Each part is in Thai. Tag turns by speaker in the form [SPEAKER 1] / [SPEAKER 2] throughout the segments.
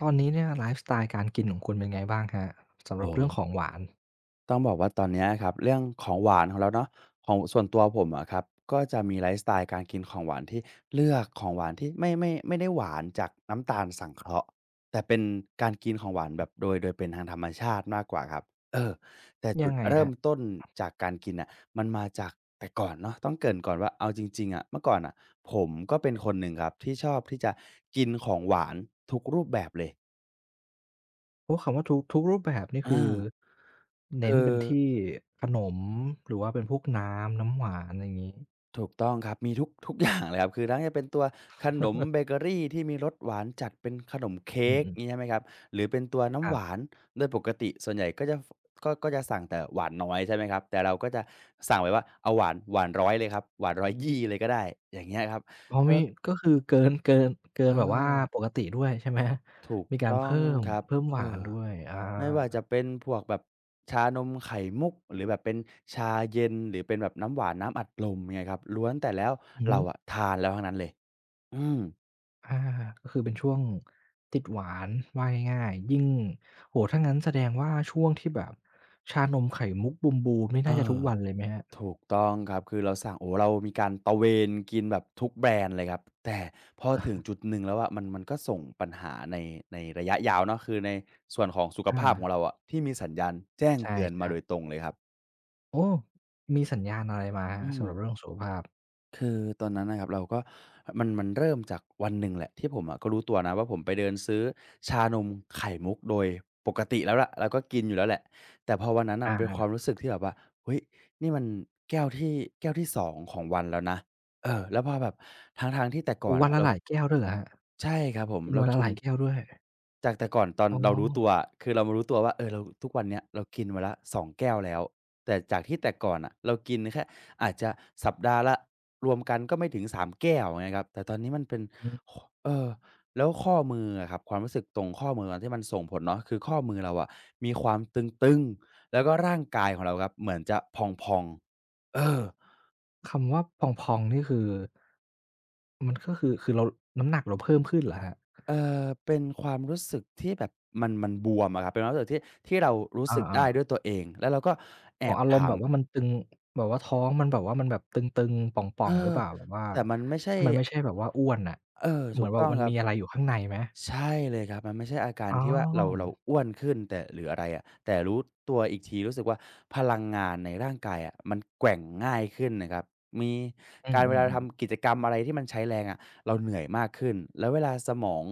[SPEAKER 1] ตอนนี้เนี่ยไลฟ์สไตล์การกินของคุณเป็นไงบ้างครับสำห
[SPEAKER 2] โอ้
[SPEAKER 1] รับเรื่องของหวาน
[SPEAKER 2] ต้องบอกว่าตอนเนี้ยครับเรื่องของหวานของเราเนาะของส่วนตัวผมอะครับก็จะมีไลฟ์สไตล์การกินของหวานที่เลือกของหวานที่ไม่ได้หวานจากน้ำตาลสังเคราะห์แต่เป็นการกินของหวานแบบโดยเป็นทางธรรมชาติมากกว่าครับเออแต่จุ
[SPEAKER 1] ยั
[SPEAKER 2] ด
[SPEAKER 1] งไงค
[SPEAKER 2] เริ่ม
[SPEAKER 1] รับ
[SPEAKER 2] ต้นจากการกินอ่ะมันมาจากแต่ก่อนเนาะต้องเกริ่นก่อนว่าเอาจริงๆอะเมื่อก่อนอ่ะผมก็เป็นคนหนึ่งครับที่ชอบที่จะกินของหวานทุกรูปแบบเลย
[SPEAKER 1] โอ้คำว่าทุกรูปแบบนี่
[SPEAKER 2] อา
[SPEAKER 1] คือเน้น
[SPEAKER 2] คือ
[SPEAKER 1] เป็นที่ขนมหรือว่าเป็นพวกน้ำหวานอะไรอย่างงี้
[SPEAKER 2] ถูกต้องครับมีทุกอย่างเลยครับคือทั้งจะเป็นตัวขนมเบเกอรีที่มีรสหวานจัดเป็นขนมเค้
[SPEAKER 1] อื
[SPEAKER 2] ก
[SPEAKER 1] ม
[SPEAKER 2] งี้ใช่ไหมครับหรือเป็นตัว
[SPEAKER 1] ๆค
[SPEAKER 2] น้ำห
[SPEAKER 1] รั
[SPEAKER 2] วา
[SPEAKER 1] บ
[SPEAKER 2] นโดยปกติส่วนใหญ่ก็จะฟก็จะสั่งแต่หวานน้อยใช่ไหมครับแต่เราก็จะสั่งไว้ว่าเอาหวานหวานร้อยเลยครับหวาน1ี0เลยก็ได้อย่างเงี้ยครับ
[SPEAKER 1] อ๋อ
[SPEAKER 2] แล้ว
[SPEAKER 1] มีก็คือเกินเกินเกิ
[SPEAKER 2] เอ
[SPEAKER 1] นแบบว่าป
[SPEAKER 2] อ
[SPEAKER 1] กติด้วยใช่ไหม
[SPEAKER 2] ถูก
[SPEAKER 1] มีการ
[SPEAKER 2] ต้อง
[SPEAKER 1] เพิ่ม
[SPEAKER 2] ครับ
[SPEAKER 1] เพิ่มห
[SPEAKER 2] เอ
[SPEAKER 1] วา
[SPEAKER 2] อ
[SPEAKER 1] นด้วยอา
[SPEAKER 2] ไม่ว่าจะเป็นพวกแบบชานมไข่มุกหรือแบบเป็นชาเย็นหรือเป็นแบบน้ำหวานน้ำอัดลมเงี้ยครับล้วนแต่แล้ว
[SPEAKER 1] อือ
[SPEAKER 2] เรา
[SPEAKER 1] ฮึ
[SPEAKER 2] อะทานแล้วทั้งนั้นเลย อืม
[SPEAKER 1] อาก็คือเป็นช่วงติดหวานว่าง่ายๆยิ่งโอ้โฮถ้างั้นแสดงว่าช่วงที่แบบชานมไข่มุกบูมๆนี่
[SPEAKER 2] เอ
[SPEAKER 1] น่าจะ
[SPEAKER 2] อ
[SPEAKER 1] ทุกวันเลยไหมครับ
[SPEAKER 2] ถูกต้องครับคือเราสั่งโอ้เรามีการตระเวนกินแบบทุกแบรนด์เลยครับแต่พอถึงจุดหนึ่งแล้วอะมันก็ส่งปัญหาในระยะยาวเนาะคือในส่วนของสุข
[SPEAKER 1] อา
[SPEAKER 2] ภาพของเราอะที่มีสัญญาณแจ้ง
[SPEAKER 1] ใช
[SPEAKER 2] เตือนมา
[SPEAKER 1] ่
[SPEAKER 2] โดย
[SPEAKER 1] ๆ
[SPEAKER 2] ตรงเลยครับ
[SPEAKER 1] โอ้มีสัญญาณอะไรมาครับ
[SPEAKER 2] อืม
[SPEAKER 1] สำหรับเรื่องสุขภาพ
[SPEAKER 2] คือตอนนั้นนะครับเราก็มันเริ่มจากวันหนึ่งแหละที่ผมอะก็รู้ตัวนะว่าผมไปเดินซื้อชานมไข่มุกโดยปกติแล้วล่ะเราก็กินอยู่แล้วแหละแต่พอวันนั้นอะ
[SPEAKER 1] อา
[SPEAKER 2] มันเป็นค
[SPEAKER 1] ๆ
[SPEAKER 2] วามรู้สึกที่แบบว่าเฮ้ยนี่มันแก้วที่แก้วที่สองของวันแล้วนะแล้วพอแบบทางที่แต่
[SPEAKER 1] โอ้
[SPEAKER 2] ก่อน
[SPEAKER 1] วัน
[SPEAKER 2] อะ
[SPEAKER 1] ละ
[SPEAKER 2] เรา
[SPEAKER 1] หลายแก้วด้วยเหรอครับ
[SPEAKER 2] ใช่ครับผม
[SPEAKER 1] กิน
[SPEAKER 2] เรา
[SPEAKER 1] วันละ
[SPEAKER 2] กิ
[SPEAKER 1] ห
[SPEAKER 2] น
[SPEAKER 1] ลายแก้วด้วย
[SPEAKER 2] จากแต่ก่อนตอน
[SPEAKER 1] อ๋อ
[SPEAKER 2] เรารู้ตัวอะคือเรามารู้ตัวว่าเออเราทุกวันเนี้ยเรากินวันละ2แก้วแล้วแต่จากที่แต่ก่อนน่ะเรากินแค่อาจจะสัปดาห์ละรวมกันก็ไม่ถึง3แก้วอย่างเงี้ยครับแต่ตอนนี้มันเป็น
[SPEAKER 1] อื
[SPEAKER 2] ค
[SPEAKER 1] ม
[SPEAKER 2] เออแล้วข้อมืออะครับความรู้สึกตรงข้อมือที่มันส่งผลเนาะคือข้อมือเราอะมีความตึงๆแล้วก็ร่างกายของเราครับเหมือนจะพองๆ
[SPEAKER 1] คำว่าพองๆนี่คือมันก็คือเราน้ำหนักเราเพิ่มขึ้นเหรอครับ
[SPEAKER 2] เป็นความรู้สึกที่แบบมันบวมอะครับเป็นความรู้สึกที่เรารู้
[SPEAKER 1] อ
[SPEAKER 2] สึก
[SPEAKER 1] า
[SPEAKER 2] ได้
[SPEAKER 1] ๆ
[SPEAKER 2] ด้วยตัวเองแล้วเราก็แอ
[SPEAKER 1] อ๋อก
[SPEAKER 2] บ
[SPEAKER 1] อารม
[SPEAKER 2] ถา
[SPEAKER 1] ณ์
[SPEAKER 2] ม
[SPEAKER 1] แบบว่ามันตึงแบบว่าท้องมันแบบว่ามันแบบตึงๆป่
[SPEAKER 2] เอ
[SPEAKER 1] อ
[SPEAKER 2] อ
[SPEAKER 1] งๆหรือเปล่าแบบว่า
[SPEAKER 2] แต่มันไม่ใช่
[SPEAKER 1] ที่มันไม่ใช่แบบว่าอ้วนน่ะเห
[SPEAKER 2] ถู
[SPEAKER 1] มือ
[SPEAKER 2] ก
[SPEAKER 1] นแบ
[SPEAKER 2] ต้
[SPEAKER 1] บ
[SPEAKER 2] อง
[SPEAKER 1] มัน
[SPEAKER 2] ครับ
[SPEAKER 1] มีอะไรอยู่ข้างในไหม
[SPEAKER 2] ใช่เลยครับมันไม่ใช่อาการ
[SPEAKER 1] อ๋อ
[SPEAKER 2] ที่ว่าเราอ้วนขึ้นแต่หรืออะไรอะแต่รู้ตัวอีกทีรู้สึกว่าพลังงานในร่างกายอะมันแกว่งง่ายขึ้นน่ะครับมี
[SPEAKER 1] อื
[SPEAKER 2] การเวลา
[SPEAKER 1] มๆ
[SPEAKER 2] ทำ
[SPEAKER 1] ๆ
[SPEAKER 2] กิจกรรมอะไรที่มันใช้แรงอะเราเหนื่อยมากขึ้นแล้วเวลาสมอง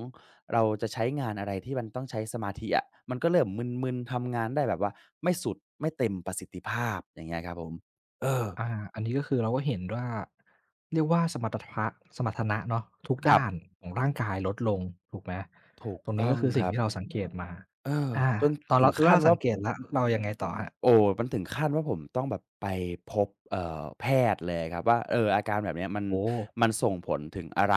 [SPEAKER 2] เราจะใช้งานอะไรที่มันต้องใช้สมาธิอะมันก็เริ่มมึนๆทำงานได้แบบว่าไม่สุดไม่เต็มประสิทธิภาพอย่างเงี้ยครับผมเออ
[SPEAKER 1] อาอันนี้ก็คือเราก็เห็นว่าเรียกว่าสมรรถนะเนาะทุก
[SPEAKER 2] ครั
[SPEAKER 1] ด้าน
[SPEAKER 2] บ
[SPEAKER 1] ของร่างกายลดลงถูกไหม
[SPEAKER 2] ถูก
[SPEAKER 1] ตรงนี้
[SPEAKER 2] ต้อ
[SPEAKER 1] ก็
[SPEAKER 2] ง
[SPEAKER 1] คือ
[SPEAKER 2] ค
[SPEAKER 1] สิ่ง
[SPEAKER 2] รับ
[SPEAKER 1] ที่เราสังเกตมา
[SPEAKER 2] เออ
[SPEAKER 1] อา
[SPEAKER 2] จน
[SPEAKER 1] ตอน
[SPEAKER 2] ถึ
[SPEAKER 1] เรา
[SPEAKER 2] ง
[SPEAKER 1] แล้ว
[SPEAKER 2] ขั้น
[SPEAKER 1] เรา
[SPEAKER 2] ว่า
[SPEAKER 1] สังเกตแล้วเรายังไงต่อครับ
[SPEAKER 2] โอ้มันถึงขั้นว่าผมต้องแบบไปพบแพทย์เลยครับว่าเอออาการแบบเนี้ยมัน
[SPEAKER 1] โอ้
[SPEAKER 2] มันส่งผลถึงอะไร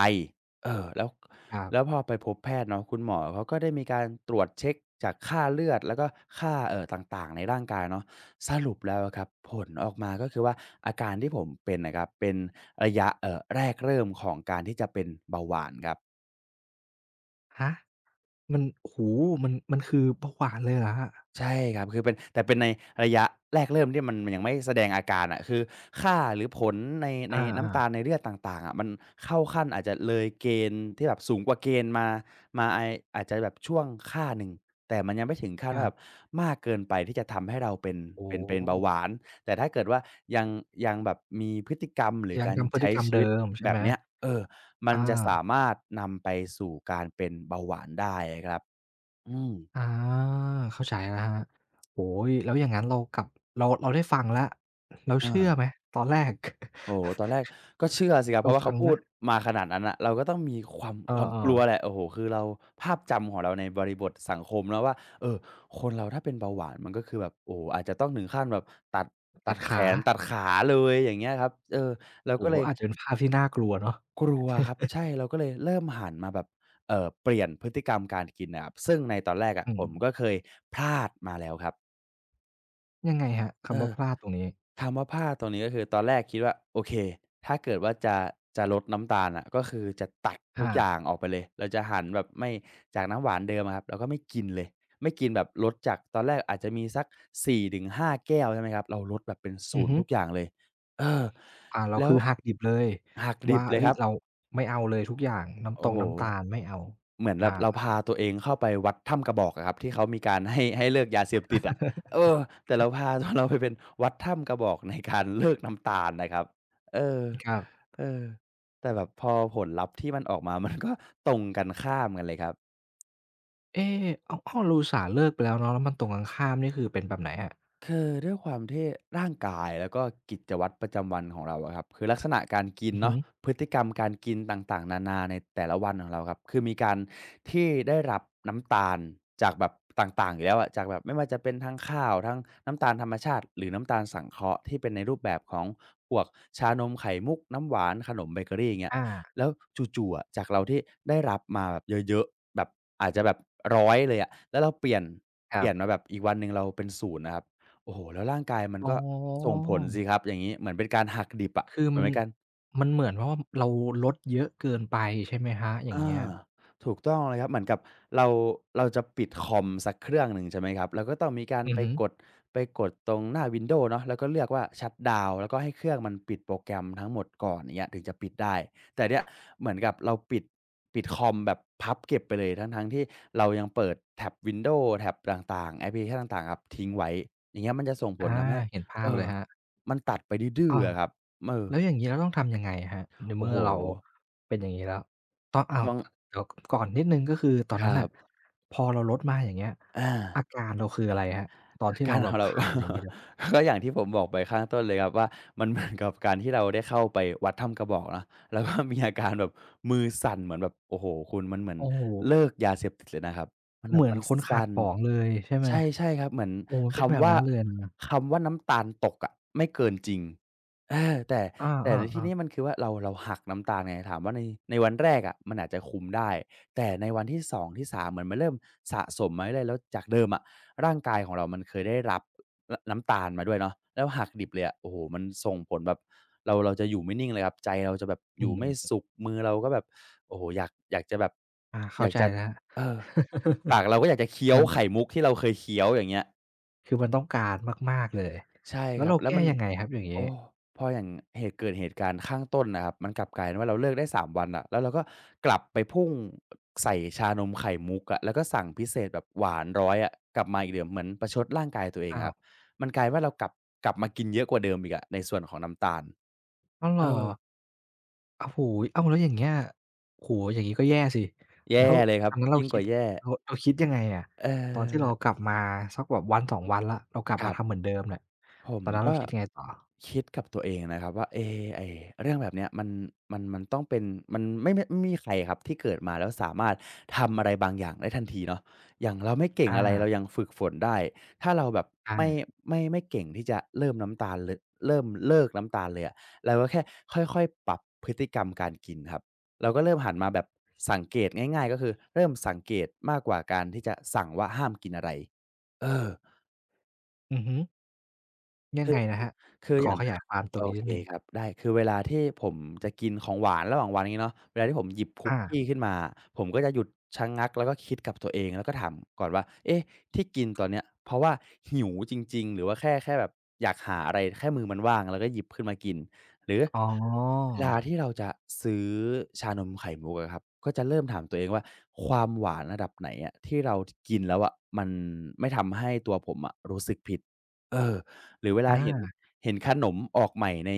[SPEAKER 2] เออแล้ว
[SPEAKER 1] ครั
[SPEAKER 2] แล้วพ
[SPEAKER 1] บ
[SPEAKER 2] อไปพบแพทย์เนาะคุณหมอเขาก็ได้มีการตรวจเช็กจากค่าเลือดแล้วก็ค่าต่างๆในร่างกายเนาะสรุปแล้วอะครับผลออกมาก็คือว่าอาการที่ผมเป็นน่ะครับเป็นระยะแรกเริ่มของการที่จะเป็นเบาหวานครับ
[SPEAKER 1] ฮะมันโอ้โฮมันคือเบาหวานเลยเหรอครับ
[SPEAKER 2] ใช่ครับคือเป็นแต่เป็นในระยะแรกเริ่มที่มันยังไม่แสดงอาการอะคือค่าหรือผลในใน
[SPEAKER 1] อา
[SPEAKER 2] น้ำ
[SPEAKER 1] ๆ
[SPEAKER 2] ตาลในเลือดต่างๆอะมันเข้าขั้นอาจจะเลยเกณฑ์ที่แบบสูงกว่าเกณฑ์มาอาจจะแบบช่วงค่าหนึ่งแต่มันยังไม่ถึงขั้น
[SPEAKER 1] ครั
[SPEAKER 2] ว่าแบบ
[SPEAKER 1] บ
[SPEAKER 2] มากเกินไปที่จะทำให้เราเป็น
[SPEAKER 1] โอ้
[SPEAKER 2] เป็นเป็นเบาหวา
[SPEAKER 1] โฮ
[SPEAKER 2] นแต่ถ้าเกิดว่ายังยังแบบมีพฤติกรรมหรือ
[SPEAKER 1] ยัง
[SPEAKER 2] การ
[SPEAKER 1] ทำพฤ
[SPEAKER 2] ใช้
[SPEAKER 1] ติกรรม
[SPEAKER 2] ชีวิต
[SPEAKER 1] เดิมใช่
[SPEAKER 2] แบ
[SPEAKER 1] ไห
[SPEAKER 2] บ
[SPEAKER 1] ม
[SPEAKER 2] เนี้ยเออมัน
[SPEAKER 1] อ
[SPEAKER 2] จะสา
[SPEAKER 1] า
[SPEAKER 2] มารถนำไปสู่การเป็นเบาหวานได้อะครับอืม
[SPEAKER 1] อาเข้าใจแล้วครับโอ้โฮแล้วอย่างงั้นเรากลับเราได้ฟังแล้วเรา
[SPEAKER 2] เอ
[SPEAKER 1] เชื่อไห
[SPEAKER 2] อ
[SPEAKER 1] มตอนแรก
[SPEAKER 2] โอ้โฮตอนแรก ก็เชื่อสิครับเพ
[SPEAKER 1] เรา
[SPEAKER 2] ราะว่า
[SPEAKER 1] ฟั
[SPEAKER 2] เขา
[SPEAKER 1] ง
[SPEAKER 2] พูด
[SPEAKER 1] นะ
[SPEAKER 2] มาขนาดนั้นน่ะเราก็ต้องมีความ
[SPEAKER 1] เอ
[SPEAKER 2] ความก
[SPEAKER 1] อ
[SPEAKER 2] ลัว
[SPEAKER 1] ๆ
[SPEAKER 2] แหละโอ้โฮคือเราภาพจำของเราในบริบทสังคมเนาะว่าเออคนเราถ้าเป็นเบาหวานมันก็คือแบบโอ้โฮอาจจะต้องถึงขั้นแบบตัดตั
[SPEAKER 1] ตั
[SPEAKER 2] ด
[SPEAKER 1] ด
[SPEAKER 2] แข
[SPEAKER 1] ขา
[SPEAKER 2] นตัดขาเลยอย่างเงี้ยครับเออเราก็
[SPEAKER 1] โอ้โฮ
[SPEAKER 2] เลย
[SPEAKER 1] อาจจะเป็นภาพที่น่ากลัวเนาะ
[SPEAKER 2] กลัวครับใช่เราก็เลยเริ่มหันมาแบบเปลี่ยนพฤติกรรมการกินน่ะครับซึ่งในตอนแรกอะ
[SPEAKER 1] อื
[SPEAKER 2] ผ
[SPEAKER 1] ม
[SPEAKER 2] มก็เคยพลาดมาแล้วครับ
[SPEAKER 1] ยังไงครับ
[SPEAKER 2] เอ
[SPEAKER 1] คำ
[SPEAKER 2] อ
[SPEAKER 1] ว่าพลาดตรงนี้
[SPEAKER 2] ถามว่าพลาดตรงนี้ก็คือตอนแรกคิดว่าโอเคถ้าเกิดว่าจะลดน้ำตาลอะก็คือจะตัดทุก
[SPEAKER 1] อา
[SPEAKER 2] อย่างออกไปเลยเราจะหันแบบไม่จากน้ำหวานเดิมอะครับเราก็ไม่กินเลยไม่กินแบบลดจากตอนแรกอาจจะมีสัก4 ถึง 5 แก้วใช่ไหมครับเราลดแบบเป็น
[SPEAKER 1] อือ
[SPEAKER 2] 0
[SPEAKER 1] ฮึ
[SPEAKER 2] ทุกอย่างเลยเออ
[SPEAKER 1] อ่าเรา
[SPEAKER 2] แล้ว
[SPEAKER 1] คือหักดิบเลย
[SPEAKER 2] หักดิ
[SPEAKER 1] ว่า
[SPEAKER 2] บเลย
[SPEAKER 1] เฮ้
[SPEAKER 2] ค
[SPEAKER 1] ย
[SPEAKER 2] รับ
[SPEAKER 1] เราไม่เอาเลยทุกอย่างน้ำต
[SPEAKER 2] โอ้
[SPEAKER 1] รง
[SPEAKER 2] โฮ
[SPEAKER 1] น้ำตาลไม่เอา
[SPEAKER 2] เหมือนแบบเรา
[SPEAKER 1] อา
[SPEAKER 2] พาตัวเองเข้าไปวัดถ้ำกระบอกอะครับที่เขามีการ ให้เลิกยาเสพติดอะเออแต่เราพาตัวเราไปเป็นวัดถ้ำกระบอกในการเลิกน้ำตาลนะครับเออ
[SPEAKER 1] ครับ
[SPEAKER 2] เออแต่แบบพอผลลัพธ์ที่มันออกมา มันก็ตรงกันข้ามกันเลยครับ
[SPEAKER 1] เอ๊อ้าวอ้าวเราอุตส่าห์เลิกไปแล้วเนาะแล้วมันตรงกันข้ามนี่คือเป็นแบบไหนอะ
[SPEAKER 2] คือด้วยความที่ร่างกายแล้วก็กิจวัตรประจำวันของเราอะครับคือลักษณะการกิน
[SPEAKER 1] อือฮึ
[SPEAKER 2] เนาะพฤติกรรมการกินต่างๆนานาในแต่ละวันของเราครับคือมีการที่ได้รับน้ำตาลจากแบบต่างๆอยู่แล้วอะจากแบบไม่ว่าจะเป็นทั้งข้าวทั้งน้ำตาลธรรมชาติหรือน้ำตาลสังเคราะห์ที่เป็นในรูปแบบของพวกชานมไข่มุกน้ำหวานขนมเบเกอรีอย่างเงี้ย
[SPEAKER 1] อา
[SPEAKER 2] แล้วจู่ๆอะจากเราที่ได้รับมาแบบเยอะๆแบบอาจจะแบบร้อยเลยอะแล้วเราเปลี่ยน
[SPEAKER 1] ค
[SPEAKER 2] เป
[SPEAKER 1] รั
[SPEAKER 2] ลี่ย
[SPEAKER 1] บ
[SPEAKER 2] นมาแบบอีกวันหนึ่งเราเป็นศูนย์นะครับ โอ้โฮแล้วร่างกายมัน
[SPEAKER 1] อ๋อ
[SPEAKER 2] ก็ส่งผลสิครับอย่างงี้เหมือนเป็นการหักดิบอะ
[SPEAKER 1] คือ
[SPEAKER 2] เหมือน
[SPEAKER 1] มัน
[SPEAKER 2] เป็นการ
[SPEAKER 1] มันเหมือนว่าเราลดเยอะเกินไปใช่ไหมครับอย่าง
[SPEAKER 2] อา
[SPEAKER 1] เงี้ย
[SPEAKER 2] ถูกต้องเลยครับเหมือนกับเราเราจะปิดคอมสักเครื่องหนึ่งใช่ไหมครับเราก็ต้องมีการ
[SPEAKER 1] อือ
[SPEAKER 2] ไป
[SPEAKER 1] ฮึ
[SPEAKER 2] กดไปกดตรงหน้าวินโด w เนาะแล้วก็เลือกว่าชัตดาวน์แล้วก็ให้เครื่องมันปิดโปรแกรมทั้งหมดก่อนอย่างเงี้ยถึงจะปิดได้แต่เนี่ยเหมือนกับเราปิดคอมแบบพับเก็บไปเลยทั้งๆที่เรายังเปิดแท็บวินโด w แท็บต่างๆแอปพลิเคชันต่างๆครับทิ้งไว้อย่างเงี้ยมันจะส่งผล
[SPEAKER 1] อา
[SPEAKER 2] ทำให้
[SPEAKER 1] เห็นภาพ
[SPEAKER 2] เอ่
[SPEAKER 1] เล
[SPEAKER 2] อ
[SPEAKER 1] ยครับ
[SPEAKER 2] มันตัดไปดื้อ
[SPEAKER 1] อ้า
[SPEAKER 2] ๆ
[SPEAKER 1] ว
[SPEAKER 2] อะครับเออ
[SPEAKER 1] แล้วอย่างงี้เราต้องทำยังไงครับใน
[SPEAKER 2] โอ้
[SPEAKER 1] เมื่อ
[SPEAKER 2] โฮ
[SPEAKER 1] เราเป็นอย่างงี้แล้วต้องอ้าว
[SPEAKER 2] ต้อง
[SPEAKER 1] ตเดี๋ยวก่อนนิดหนึ่งก็คือตอน
[SPEAKER 2] ค
[SPEAKER 1] นั้
[SPEAKER 2] รั
[SPEAKER 1] นน่ะ
[SPEAKER 2] บ
[SPEAKER 1] พอเราลดมาอย่างเงี้ย
[SPEAKER 2] อา
[SPEAKER 1] อาการเราคืออะไรครับตอนที่
[SPEAKER 2] กา
[SPEAKER 1] เรา
[SPEAKER 2] ร
[SPEAKER 1] แบ
[SPEAKER 2] ขอ
[SPEAKER 1] บ
[SPEAKER 2] งเรา
[SPEAKER 1] ขาดอย่างงี้เลย
[SPEAKER 2] ก็อย่างที่ผมบอกไปข้างต้นเลยครับว่ามัน เหมือนกับการที่เราได้เข้าไปวัดถ้ำกระบอกเนาะแล้วก็ มีอาการแบบมือสั่นเหมือนแบบโอ้โหคุณมันเหมือน
[SPEAKER 1] โอ้โฮ
[SPEAKER 2] เลิกยาเสพติดเลยนะครับ มันแบ
[SPEAKER 1] เห
[SPEAKER 2] บ
[SPEAKER 1] มือน
[SPEAKER 2] มัน
[SPEAKER 1] คนขาด
[SPEAKER 2] สั่น
[SPEAKER 1] ของเลยใช่ไหม
[SPEAKER 2] ใช่ใช่ครับเหมือน
[SPEAKER 1] โอ้เป็นแบ
[SPEAKER 2] คำ
[SPEAKER 1] บ
[SPEAKER 2] ว่า
[SPEAKER 1] นั้นเลยนะ
[SPEAKER 2] คำว่าน้ำตาลตกอะไม่เกินจริงเออแต่
[SPEAKER 1] อ
[SPEAKER 2] แต่ในที่
[SPEAKER 1] า
[SPEAKER 2] นี้
[SPEAKER 1] ๆๆ
[SPEAKER 2] มันคือว่าเราหักน้ำตาลไงถามว่าในในวันแรกอะะมันอาจจะคุมได้แต่ในวันที่สองที่สามเหมือนมันเริ่มสะสมมาเรื่อยๆแล้วจากเดิมอะ ร่างกายของเรามันเคยได้รับนน้ำตาลมาด้วยเนาะแล้วหักดิบเลยอะโอ้โฮมันส่งผลแบบเราจะอยู่ไม่นิ่งเลยครับใจเราจะแบบอ
[SPEAKER 1] อื
[SPEAKER 2] ยู่ไม่
[SPEAKER 1] ม
[SPEAKER 2] สุขมือเราก็แบบโอ้โฮอยากจะแบบ
[SPEAKER 1] ๆอา
[SPEAKER 2] อ
[SPEAKER 1] เข้า
[SPEAKER 2] ยาก
[SPEAKER 1] ใจ
[SPEAKER 2] จะ
[SPEAKER 1] แล้ว
[SPEAKER 2] เออปากเราก็อยากจะเคี้ ยว
[SPEAKER 1] มัน
[SPEAKER 2] ไข่มุกที่เราเคยเคี้ยวอย่างเงี้ย
[SPEAKER 1] คือมันต้องการมากๆเลย
[SPEAKER 2] ใช่
[SPEAKER 1] แล้
[SPEAKER 2] ค
[SPEAKER 1] ว
[SPEAKER 2] รับ
[SPEAKER 1] เรา
[SPEAKER 2] แล้ว
[SPEAKER 1] แก้
[SPEAKER 2] มัน
[SPEAKER 1] ยังไงครับอย่างงี้
[SPEAKER 2] โอ้พออย่างเหตุเกิดเหตุการณ์ข้างต้นน่ะครับมันกลับกลายเป็นว่าเราเลิกได้3 วันอะแล้วเราก็กลับไปพุ่งใส่ชานมไข่มุกอะแล้วก็สั่งพิเศษแบบหวานร้อยอะกลับมาอีกเดิมเหมือนประชดร่างกายตัวเอง
[SPEAKER 1] อ้า
[SPEAKER 2] อะค
[SPEAKER 1] ว
[SPEAKER 2] รับมันกลายว่าเรากลับมากินเยอะกว่าเดิมอีกอะในส่วนของน้ำตาล
[SPEAKER 1] อ้าวเหร
[SPEAKER 2] เอ
[SPEAKER 1] อ
[SPEAKER 2] อ
[SPEAKER 1] โอ้โฮอ้าวแล้วอย่างเงี้ยโอ้โฮอย่างงี้ก็แย่สิแล้
[SPEAKER 2] แย่
[SPEAKER 1] ว
[SPEAKER 2] เลยค
[SPEAKER 1] ต
[SPEAKER 2] รับ
[SPEAKER 1] อนนั้นเรา
[SPEAKER 2] ยิ่งก
[SPEAKER 1] คิด
[SPEAKER 2] ว่าแย่
[SPEAKER 1] เราคิดยังไงอะ
[SPEAKER 2] เอ
[SPEAKER 1] ตอนที่เรา
[SPEAKER 2] อ
[SPEAKER 1] กลับมาสักแบบวันสองวันแล้วเรากลับ
[SPEAKER 2] ค
[SPEAKER 1] มา
[SPEAKER 2] รั
[SPEAKER 1] ทำเห
[SPEAKER 2] บ
[SPEAKER 1] มือนเดิมเนี่ย
[SPEAKER 2] ผม
[SPEAKER 1] ตอนนั้นเรา
[SPEAKER 2] ก็
[SPEAKER 1] คิดยังไงต่อ
[SPEAKER 2] คิดกับตัวเองนะครับว่าเอ๊ะไอเรื่องแบบเนี้ยมันต้องเป็นมันไม่มีใครครับที่เกิดมาแล้วสามารถทำอะไรบางอย่างได้ทันทีเนาะอย่างเราไม่เก่ง
[SPEAKER 1] อา
[SPEAKER 2] อะไรเรายังฝึกฝนได้ถ้าเราแบบ
[SPEAKER 1] ใช่
[SPEAKER 2] ไม่ไม่เก่งที่จะเริ่มเลิกน้ำตาลเลยอะเราก็แค่ค่อยๆปรับพฤติกรรมการกินครับเราก็เริ่มหันมาแบบสังเกตง่ายๆก็คือเริ่มสังเกตมากกว่าการที่จะสั่งว่าห้ามกินอะไรเออ
[SPEAKER 1] อือฮึยังไงนะครับ
[SPEAKER 2] คือ
[SPEAKER 1] ข
[SPEAKER 2] อ
[SPEAKER 1] อ
[SPEAKER 2] ย่าง
[SPEAKER 1] ขยายความตร
[SPEAKER 2] โอ
[SPEAKER 1] งนี้
[SPEAKER 2] เค
[SPEAKER 1] นิดหนึ่ง
[SPEAKER 2] ครับได้คือเวลาที่ผมจะกินของหวานระหว่างวันงี้เนาะเวลาที่ผมหยิบคุก
[SPEAKER 1] อา
[SPEAKER 2] กี้ขึ้นมาผมก็จะหยุดชะงักแล้วก็คิดกับตัวเองแล้วก็ถามก่อนว่าเอ๊ะที่กินตอนเนี้ยเพราะว่าหิวจริงๆหรือว่าแค่แบบอยากหาอะไรแค่มือมันว่างแล้วก็หยิบขึ้นมากินหรือ
[SPEAKER 1] อ๋อ
[SPEAKER 2] เวลาที่เราจะซื้อชานมไข่มุกอะครับก็จะเริ่มถามตัวเองว่าความหวานระดับไหนอะที่เราทกินแล้วอะมันไม่ทำให้ตัวผมอะรู้สึกผิดเออหรือเวลา
[SPEAKER 1] อา
[SPEAKER 2] เห็นขนมออกใหม่ใน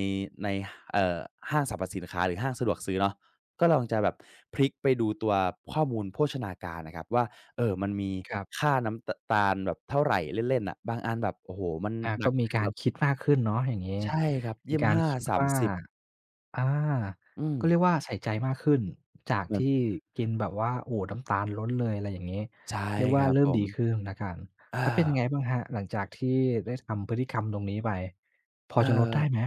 [SPEAKER 2] ในเอ่อห้างสรรพสินค้าหรือห้างสะดวกซื้อเนาะก็ลองจะแบบพลิกไปดูตัวข้อมูลโภชนาการนะครับว่ามันมี
[SPEAKER 1] ครับ
[SPEAKER 2] ค่าน้ำตตาลแบบเท่าไรเล่นๆน่ะบางอันแบบโอ้โฮมัน
[SPEAKER 1] อา
[SPEAKER 2] หนั
[SPEAKER 1] ก็
[SPEAKER 2] ก
[SPEAKER 1] มี
[SPEAKER 2] ถึง
[SPEAKER 1] กา
[SPEAKER 2] แบ
[SPEAKER 1] ร
[SPEAKER 2] บ
[SPEAKER 1] คิดมากขึ้นเนาะอย่างงี้
[SPEAKER 2] ใช่ครับ
[SPEAKER 1] มี
[SPEAKER 2] ยีสิบ
[SPEAKER 1] การ
[SPEAKER 2] ห้า
[SPEAKER 1] คิด
[SPEAKER 2] สาม5
[SPEAKER 1] ว่า
[SPEAKER 2] 3 0
[SPEAKER 1] อา
[SPEAKER 2] อืม
[SPEAKER 1] ก็เรียกว่าใส่ใจมากขึ้น จาก
[SPEAKER 2] เหมือน
[SPEAKER 1] ที่กินแบบว่าโอ้โฮน้ำตาลล้นเลยอะไรอย่างงี้
[SPEAKER 2] ใช่
[SPEAKER 1] เรียก
[SPEAKER 2] ค
[SPEAKER 1] ว่า
[SPEAKER 2] รับ
[SPEAKER 1] เริ่
[SPEAKER 2] ผ
[SPEAKER 1] ม
[SPEAKER 2] ม
[SPEAKER 1] ดีขึ้นแล้วกัน
[SPEAKER 2] เออ
[SPEAKER 1] แล้วเป็นยังไงบ้างครับหลังจากที่ได้ทำพฤติกรรมตรงนี้ไปพอ
[SPEAKER 2] เอ
[SPEAKER 1] จะลด
[SPEAKER 2] อ
[SPEAKER 1] ได้ไหม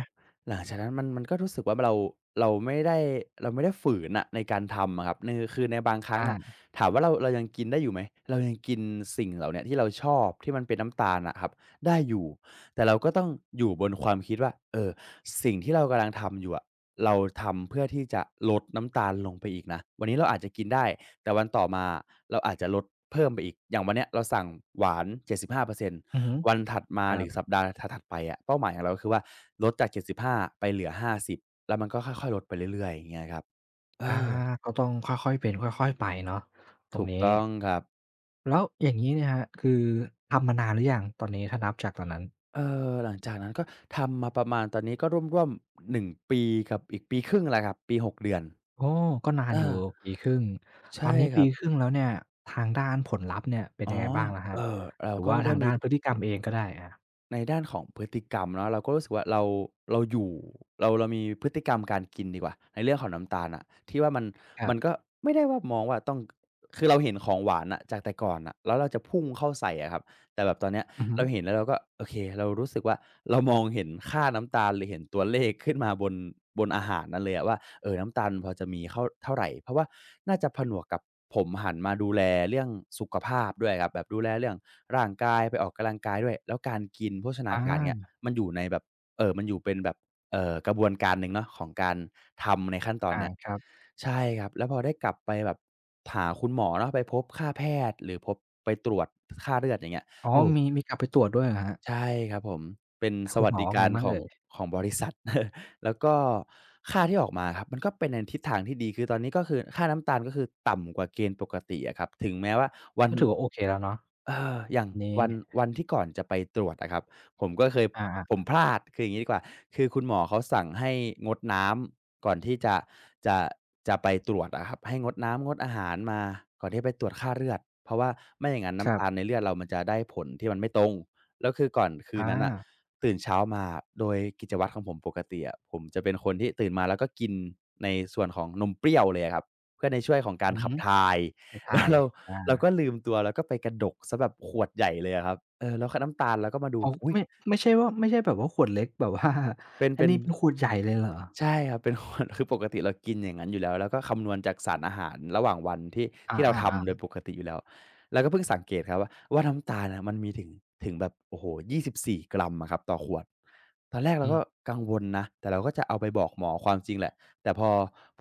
[SPEAKER 2] หลังจากนั้นมันก็รู้สึกว่าเราเราไม่ได้เราไม่ได้ฝืนอะในการทำอะครับคือในบางครั้ง
[SPEAKER 1] อา
[SPEAKER 2] อะถามว่าเรายังกินได้อยู่ไหมเรายังกินสิ่งเหล่าเนี้ยที่เราชอบที่มันเป็นน้ำตาลอะครับได้อยู่แต่เราก็ต้องอยู่บนความคิดว่าเออสิ่งที่เรากำลังทำอยู่อะเราทำเพื่อที่จะลดน้ำตาลลงไปอีกนะวันนี้เราอาจจะกินได้แต่วันต่อมาเราอาจจะลดเพิ่มไปอีกอย่างวันเนี้ยเราสั่งหวาน75%
[SPEAKER 1] อือฮึ
[SPEAKER 2] วันถัดมา
[SPEAKER 1] ค
[SPEAKER 2] ห
[SPEAKER 1] รั
[SPEAKER 2] รือสัป
[SPEAKER 1] บ
[SPEAKER 2] ดาห์ถัดๆไปอะเป้าหมายของเราก็คือว่าลดจาก75ไปเหลือ50แล้วมันก็ค่อยๆลดไปเรื่อยๆอย่างเงี้ยครับเอ
[SPEAKER 1] อา
[SPEAKER 2] อ
[SPEAKER 1] ก็ต้องค่อยๆเป็นค่อยๆไปเนาะตร
[SPEAKER 2] ถู
[SPEAKER 1] ง
[SPEAKER 2] ก
[SPEAKER 1] นี้
[SPEAKER 2] ต้องครับ
[SPEAKER 1] แล้วอย่างงี้เนี่ยครับคือทำมานานหรือยัง ตอนนี้ถ้านับจากตอนนั้น
[SPEAKER 2] เออหลังจากนั้นก็ทำมาประมาณตอนนี้ก็ร่วมๆ1 ปีกับอีก1 ปีครึ่งแหละครับปี6 เดือน
[SPEAKER 1] โอ้ก็นา
[SPEAKER 2] เอ
[SPEAKER 1] นอยู่
[SPEAKER 2] อ
[SPEAKER 1] ปีครึ่งตอ
[SPEAKER 2] ใช่
[SPEAKER 1] นนี้
[SPEAKER 2] ครั
[SPEAKER 1] ปี
[SPEAKER 2] บ
[SPEAKER 1] ครึ่งแล้วเนี่ยทางด้านผลลัพธ์เนี่ยเป็น
[SPEAKER 2] อ๋อ
[SPEAKER 1] ยังไงบ้างล่ะครั
[SPEAKER 2] เอ่
[SPEAKER 1] บ
[SPEAKER 2] อเรา
[SPEAKER 1] หรือ
[SPEAKER 2] ก็
[SPEAKER 1] ว่า
[SPEAKER 2] ไม่ได้
[SPEAKER 1] ทาง
[SPEAKER 2] มี
[SPEAKER 1] ด้านพฤติกรรมเองก็ได้อา
[SPEAKER 2] ในด้านของพฤติกรรมเนาะเราก็รู้สึกว่าเราอยู่เรามีพฤติกรรมการกินดีกว่าในเรื่องของน้ำตาลน่ะที่ว่ามัน
[SPEAKER 1] ครั
[SPEAKER 2] มันก็
[SPEAKER 1] บ
[SPEAKER 2] ไม่ได้ว่ามองว่าต้องคือเราเห็นของหวานน่ะจากแต่ก่อนน่ะแล้วเราจะพุ่งเข้าใส่อะครับแต่แบบตอนเนี้ย
[SPEAKER 1] อือฮึ
[SPEAKER 2] เราเห็นแล้วเราก็โอเคเรารู้สึกว่าเรามองเห็นค่าน้ำตาลหรือเห็นตัวเลขขึ้นมาบนอาหารนั้นเลยอะว่าน้ำตาลพอจะมีเข้าเท่าไรเพราะว่าน่าจะผนวกกับผมหันมาดูแลเรื่องสุขภาพด้วยครับแบบดูแลเรื่องร่างกายไปออกกำลังกายด้วยแล้วการกินโภชนา
[SPEAKER 1] อ
[SPEAKER 2] การเงี้ย
[SPEAKER 1] า
[SPEAKER 2] มันอยู่ในแบบมันอยู่เป็นแบบกระบวนการหนึ่งเนาะของการทำในขั้นตอน
[SPEAKER 1] อา
[SPEAKER 2] เนี้ย
[SPEAKER 1] ครับ
[SPEAKER 2] ใช่ครับแล้วพอได้กลับไปแบบหาคุณหมอเนาะไปพบค่าแพทย์หรือพบไปตรวจค่าเลือดอย่างเงี้ย
[SPEAKER 1] อ๋อ
[SPEAKER 2] โอ้
[SPEAKER 1] มีกลับไปตรวจด้วยเหรอครับ
[SPEAKER 2] ใช่ครับผมเป็นส
[SPEAKER 1] คุณ
[SPEAKER 2] วั
[SPEAKER 1] ห
[SPEAKER 2] ส
[SPEAKER 1] มอ
[SPEAKER 2] ดิ
[SPEAKER 1] ว่า
[SPEAKER 2] กา
[SPEAKER 1] ไง
[SPEAKER 2] ร
[SPEAKER 1] บ้า
[SPEAKER 2] ข
[SPEAKER 1] ง
[SPEAKER 2] อง
[SPEAKER 1] เอ่ย
[SPEAKER 2] ของบริษัท แล้วก็ค่าที่ออกมาครับมันก็เป็นในทิศทางที่ดีคือตอนนี้ก็คือค่าน้ำตาลก็คือต่ำกว่าเกณฑ์ปกติอะครับถึงแม้ว่าวัน
[SPEAKER 1] ก็ถือว่าโอเคแล้วเนาะ
[SPEAKER 2] เอออย่าง
[SPEAKER 1] นี้
[SPEAKER 2] วันวันที่ก่อนจะไปตรวจอะครับผมก็เคย
[SPEAKER 1] อา
[SPEAKER 2] ผม
[SPEAKER 1] ๆ
[SPEAKER 2] พลาดคืออย่างงี้ดีกว่าคือคุณหมอเขาสั่งให้งดน้ำก่อนที่จะจะไปตรวจอะครับให้งดน้ำงดอาหารมาก่อนที่ไปตรวจค่าเลือดเพราะว่าไม่อย่างงั้น
[SPEAKER 1] ครั
[SPEAKER 2] น้ำตาล
[SPEAKER 1] บ
[SPEAKER 2] ในเลือดเรามันจะได้ผลที่มันไม่ตรงแล้วคือก่อนคืน
[SPEAKER 1] อา
[SPEAKER 2] นั้นน่ะตื่นเช้ามาโดยกิจวัตรของผมปกติอะผมจะเป็นคนที่ตื่นมาแล้วก็กินในส่วนของนมเปรี้ยวเลยอะครับเพื่อในช่วยของกา
[SPEAKER 1] อื
[SPEAKER 2] ร
[SPEAKER 1] อ
[SPEAKER 2] ขับ
[SPEAKER 1] ฮึ
[SPEAKER 2] ถ่าย
[SPEAKER 1] ไป
[SPEAKER 2] แล้
[SPEAKER 1] ถ่า
[SPEAKER 2] ว
[SPEAKER 1] ย
[SPEAKER 2] เรา
[SPEAKER 1] อา
[SPEAKER 2] ก็ลืมตัวแล้วก็ไปกระดกเสียแบบขวดใหญ่เลยอะครับเออแล้วก็น้ำตาลเราก็มาดู
[SPEAKER 1] อ๋อ
[SPEAKER 2] อุ๊ย
[SPEAKER 1] ไม่ไม่ใช่ว่าไม่ใช่แบบว่าขวดเล็กแบบว่า
[SPEAKER 2] เป็น
[SPEAKER 1] อัน
[SPEAKER 2] เป็น
[SPEAKER 1] นี้เป็นขวดใหญ่เลยเหรอ
[SPEAKER 2] ใช่ครับเป็น คนคือปกติเรากินอย่างนั้นอยู่แล้วแล้วก็คำนวณจากสารอาหารระหว่างวันที่
[SPEAKER 1] อ
[SPEAKER 2] ที่เรา
[SPEAKER 1] า
[SPEAKER 2] ทำโดยป
[SPEAKER 1] ๆ
[SPEAKER 2] กติอยู่แล้วแล้วก็เพิ่งสังเกตครับว่าน้ำตาลน่ะมันมีถึงแบบโอ้โฮ24กรัมอะครับต่อขวดตอนแรก
[SPEAKER 1] ๆ
[SPEAKER 2] เรา
[SPEAKER 1] อื
[SPEAKER 2] ก็
[SPEAKER 1] ม
[SPEAKER 2] กังวลนะแต่เราก็จะเอาไปบอกหมอความจริงแหละแต่พอ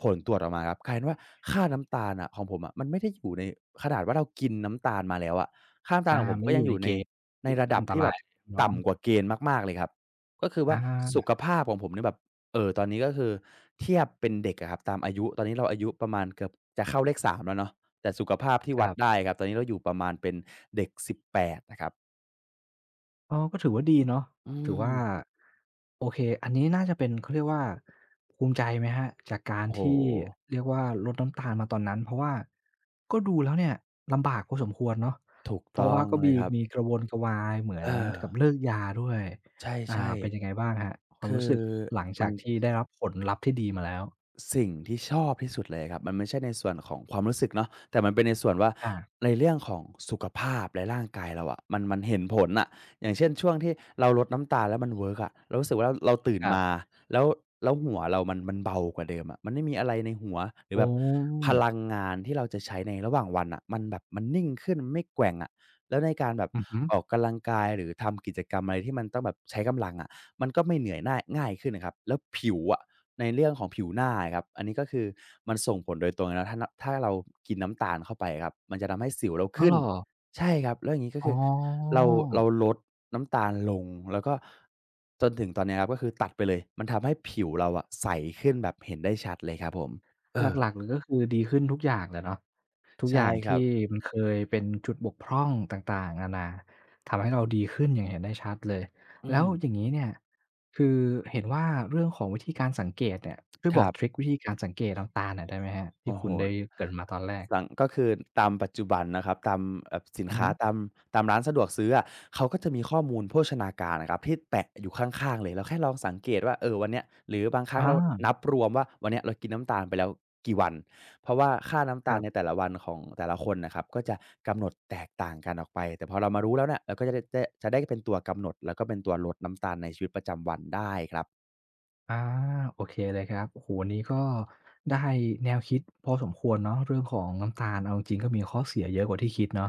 [SPEAKER 2] ผลตรวจออกมาครับกลายเป็นว่าค่าน้ำตาลน่ะของผมอะมันไม่ได้อยู่ในขนาดว่าเรากินน้ำตาลมาแล้วอะค่าน้ำตาล
[SPEAKER 1] อา
[SPEAKER 2] ของผม
[SPEAKER 1] ไม่
[SPEAKER 2] ก็
[SPEAKER 1] ได้อ
[SPEAKER 2] ยัง
[SPEAKER 1] ยู่
[SPEAKER 2] อ
[SPEAKER 1] ใน
[SPEAKER 2] ยู่ใน
[SPEAKER 1] เกณฑ์
[SPEAKER 2] ใน
[SPEAKER 1] ที่มัน
[SPEAKER 2] ระดั
[SPEAKER 1] อั
[SPEAKER 2] บ
[SPEAKER 1] นต
[SPEAKER 2] ที่แบ
[SPEAKER 1] รา
[SPEAKER 2] บ
[SPEAKER 1] ย
[SPEAKER 2] ต่ำก
[SPEAKER 1] เนาะ
[SPEAKER 2] ว่าเกณฑ์มากๆเลยครับก็คือ
[SPEAKER 1] อ
[SPEAKER 2] ว่าสุ
[SPEAKER 1] า
[SPEAKER 2] ขภาพของผมเนี่ยแบบ ตอนนี้ก็คือเทียบเป็นเด็กอะครับตามอายุตอนนี้เราอายุประมาณเกือบจะเข้าเลข3แล้วเนาะแต่สุขภาพที่
[SPEAKER 1] ค
[SPEAKER 2] วั
[SPEAKER 1] รั
[SPEAKER 2] ด
[SPEAKER 1] บ
[SPEAKER 2] ได้ครับตอนนี้เราอยู่ประมาณเป็นเด็ก18นะครับ
[SPEAKER 1] อ๋อก็ถือว่าดีเนาะ
[SPEAKER 2] อื
[SPEAKER 1] ถือ
[SPEAKER 2] ม
[SPEAKER 1] ว่าโอเคอันนี้น่าจะเป็นเขาเรียกว่าภูมิใจไหมครับจากการ
[SPEAKER 2] โอ้โฮ
[SPEAKER 1] ที่เรียกว่าลดน้ำตาลมาตอนนั้นเพราะว่าก็ดูแล้วเนี่ยลำบากพอสมควรเนาะ
[SPEAKER 2] ถูก
[SPEAKER 1] เพราะ
[SPEAKER 2] ต้อ
[SPEAKER 1] ว่า
[SPEAKER 2] ง
[SPEAKER 1] ก็
[SPEAKER 2] เลย
[SPEAKER 1] มี
[SPEAKER 2] ครับ
[SPEAKER 1] มีกระวนกระวายเหมือ
[SPEAKER 2] เอ
[SPEAKER 1] น
[SPEAKER 2] อ
[SPEAKER 1] กับเลิกยาด้วย
[SPEAKER 2] ใช่
[SPEAKER 1] อ่าเป็นยังไงบ้างครับค
[SPEAKER 2] ๆ
[SPEAKER 1] วาม
[SPEAKER 2] คื
[SPEAKER 1] รู้
[SPEAKER 2] อ
[SPEAKER 1] สึกหลัง
[SPEAKER 2] มั
[SPEAKER 1] จา
[SPEAKER 2] น
[SPEAKER 1] กที่ได้รับผลลัพธ์ที่ดีมาแล้ว
[SPEAKER 2] สิ่งที่ชอบที่สุดเลยครับมันไม่ใช่ในส่วนของความรู้สึกเนาะแต่มันเป็นในส่วนว่า
[SPEAKER 1] อา
[SPEAKER 2] ในเรื่องของสุขภาพและร่างกายเราอะมันเห็นผลน่ะอย่างเช่นช่วงที่เราลดน้ำตาลแล้วมันเวิร์กอะเรารู้สึกว่าเราตื่น
[SPEAKER 1] ครับ
[SPEAKER 2] มาแล้วแล้วหัวเรามันเบากว่าเดิมอะมันไม่มีอะไรในหัวหรือแบ
[SPEAKER 1] โอ้
[SPEAKER 2] บพลังงานที่เราจะใช้ในระหว่างวันน่ะมันแบบมันนิ่งขึ้นไม่แกว่งอะแล้วในการแบบ
[SPEAKER 1] อือฮึ
[SPEAKER 2] ออกกำลังกายหรือทำกิจกรรมอะไรที่มันต้องแบบใช้กำลังอะมันก็ไม่เหนื่อยน่ายง่ายขึ้นน่ะครับแล้วผิวอะ ในเรื่องของผิวหน้าอะครับอันนี้ก็คือมันส่งผลโดยตรงเลยนะถ้าเรากินน้ำตาลเข้าไปอะครับมันจะทำให้สิวเรา
[SPEAKER 1] อ้าว
[SPEAKER 2] ขึ้
[SPEAKER 1] เห
[SPEAKER 2] น
[SPEAKER 1] รอ
[SPEAKER 2] ใช่ครับแล้วอย่างงี้ก็คื
[SPEAKER 1] อ๋อ
[SPEAKER 2] อเราเราลดน้ำตาลลงแล้วก็จนถึงตอนเนี้ยครับก็คือตัดไปเลยมันทำให้ผิวเราอะใสขึ้นแบบเห็นได้ชัดเลยครับผมเอ
[SPEAKER 1] ห
[SPEAKER 2] อ
[SPEAKER 1] ลักๆเลยก็คือดีขึ้นทุกอย่างแหละเนาะทุกอ
[SPEAKER 2] ใช่
[SPEAKER 1] ย่าง
[SPEAKER 2] ครับ
[SPEAKER 1] ที่มันเคยเป็นจุดบกพร่องต่างๆนานาทำให้เราดีขึ้นอย่างเห็นได้ชัดเลย
[SPEAKER 2] อื
[SPEAKER 1] แล้ว
[SPEAKER 2] ม
[SPEAKER 1] อย่างงี้เนี่ยคือเห็นว่าเรื่องของวิธีการสังเกตเนี่ยช่วย
[SPEAKER 2] ค
[SPEAKER 1] บอ
[SPEAKER 2] รั
[SPEAKER 1] กทริก
[SPEAKER 2] บ
[SPEAKER 1] วิธีการสังเกตน้ำตาหน่อยได้ไหมครับที่
[SPEAKER 2] โอ้โฮ
[SPEAKER 1] คุณได้เกริ่นมาตอนแรก
[SPEAKER 2] สั่งก็คือตามปัจจุบันนะครับตามแบบสิน
[SPEAKER 1] อือ
[SPEAKER 2] ค้า
[SPEAKER 1] ฮึ
[SPEAKER 2] ตามร้านสะดวกซื้ออะเขาก็จะมีข้อมูลโภชนาการอะครับที่แปะอยู่ข้างๆเลยเราแค่ลองสังเกตว่าเออวันเนี้ยหรือบางครั้งเรา
[SPEAKER 1] อา
[SPEAKER 2] นับรวมว่าวันเนี้ยเรากินน้ำตาลไปแล้วกี่วันเพราะว่าค่าน้ำ
[SPEAKER 1] ค
[SPEAKER 2] ตาล
[SPEAKER 1] รั
[SPEAKER 2] ใน
[SPEAKER 1] บ
[SPEAKER 2] แต่ละวันของแต่ละคนน่ะครับก็จะกำหนดแตกต่างกันออกไปแต่พอเรามารู้แล้วเนี่ยเราก็จะได้เป็นตัวกำหนดแล้วก็เป็นตัวลดน้ำตาลในชีวิตประจำวันได้ครับ
[SPEAKER 1] อาโอเคเลยครับโอ้โฮวันนี้ก็ได้แนวคิดพอสมควรเนาะเรื่องของน้ำตาลเอาจริงๆก็มีข้อเสียเยอะกว่าที่คิดเนาะ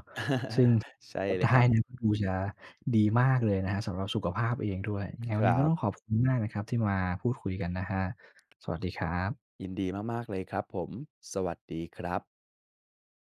[SPEAKER 1] ซึ่ง
[SPEAKER 2] ใช่
[SPEAKER 1] ลด
[SPEAKER 2] เลย
[SPEAKER 1] ได้
[SPEAKER 2] ครั
[SPEAKER 1] เนี่ย
[SPEAKER 2] บ
[SPEAKER 1] ก็ดูจะดีมากเลยนะครับสำหรับสุขภาพเองด้วยยังไง
[SPEAKER 2] ค
[SPEAKER 1] วันนี้
[SPEAKER 2] รั
[SPEAKER 1] ก็
[SPEAKER 2] บ
[SPEAKER 1] ต้องขอบคุณมากนะครับที่มาพูดคุยกันนะครับสวัสดีครับ
[SPEAKER 2] ยินดีมากๆเลยครับผม สวัสดีครับ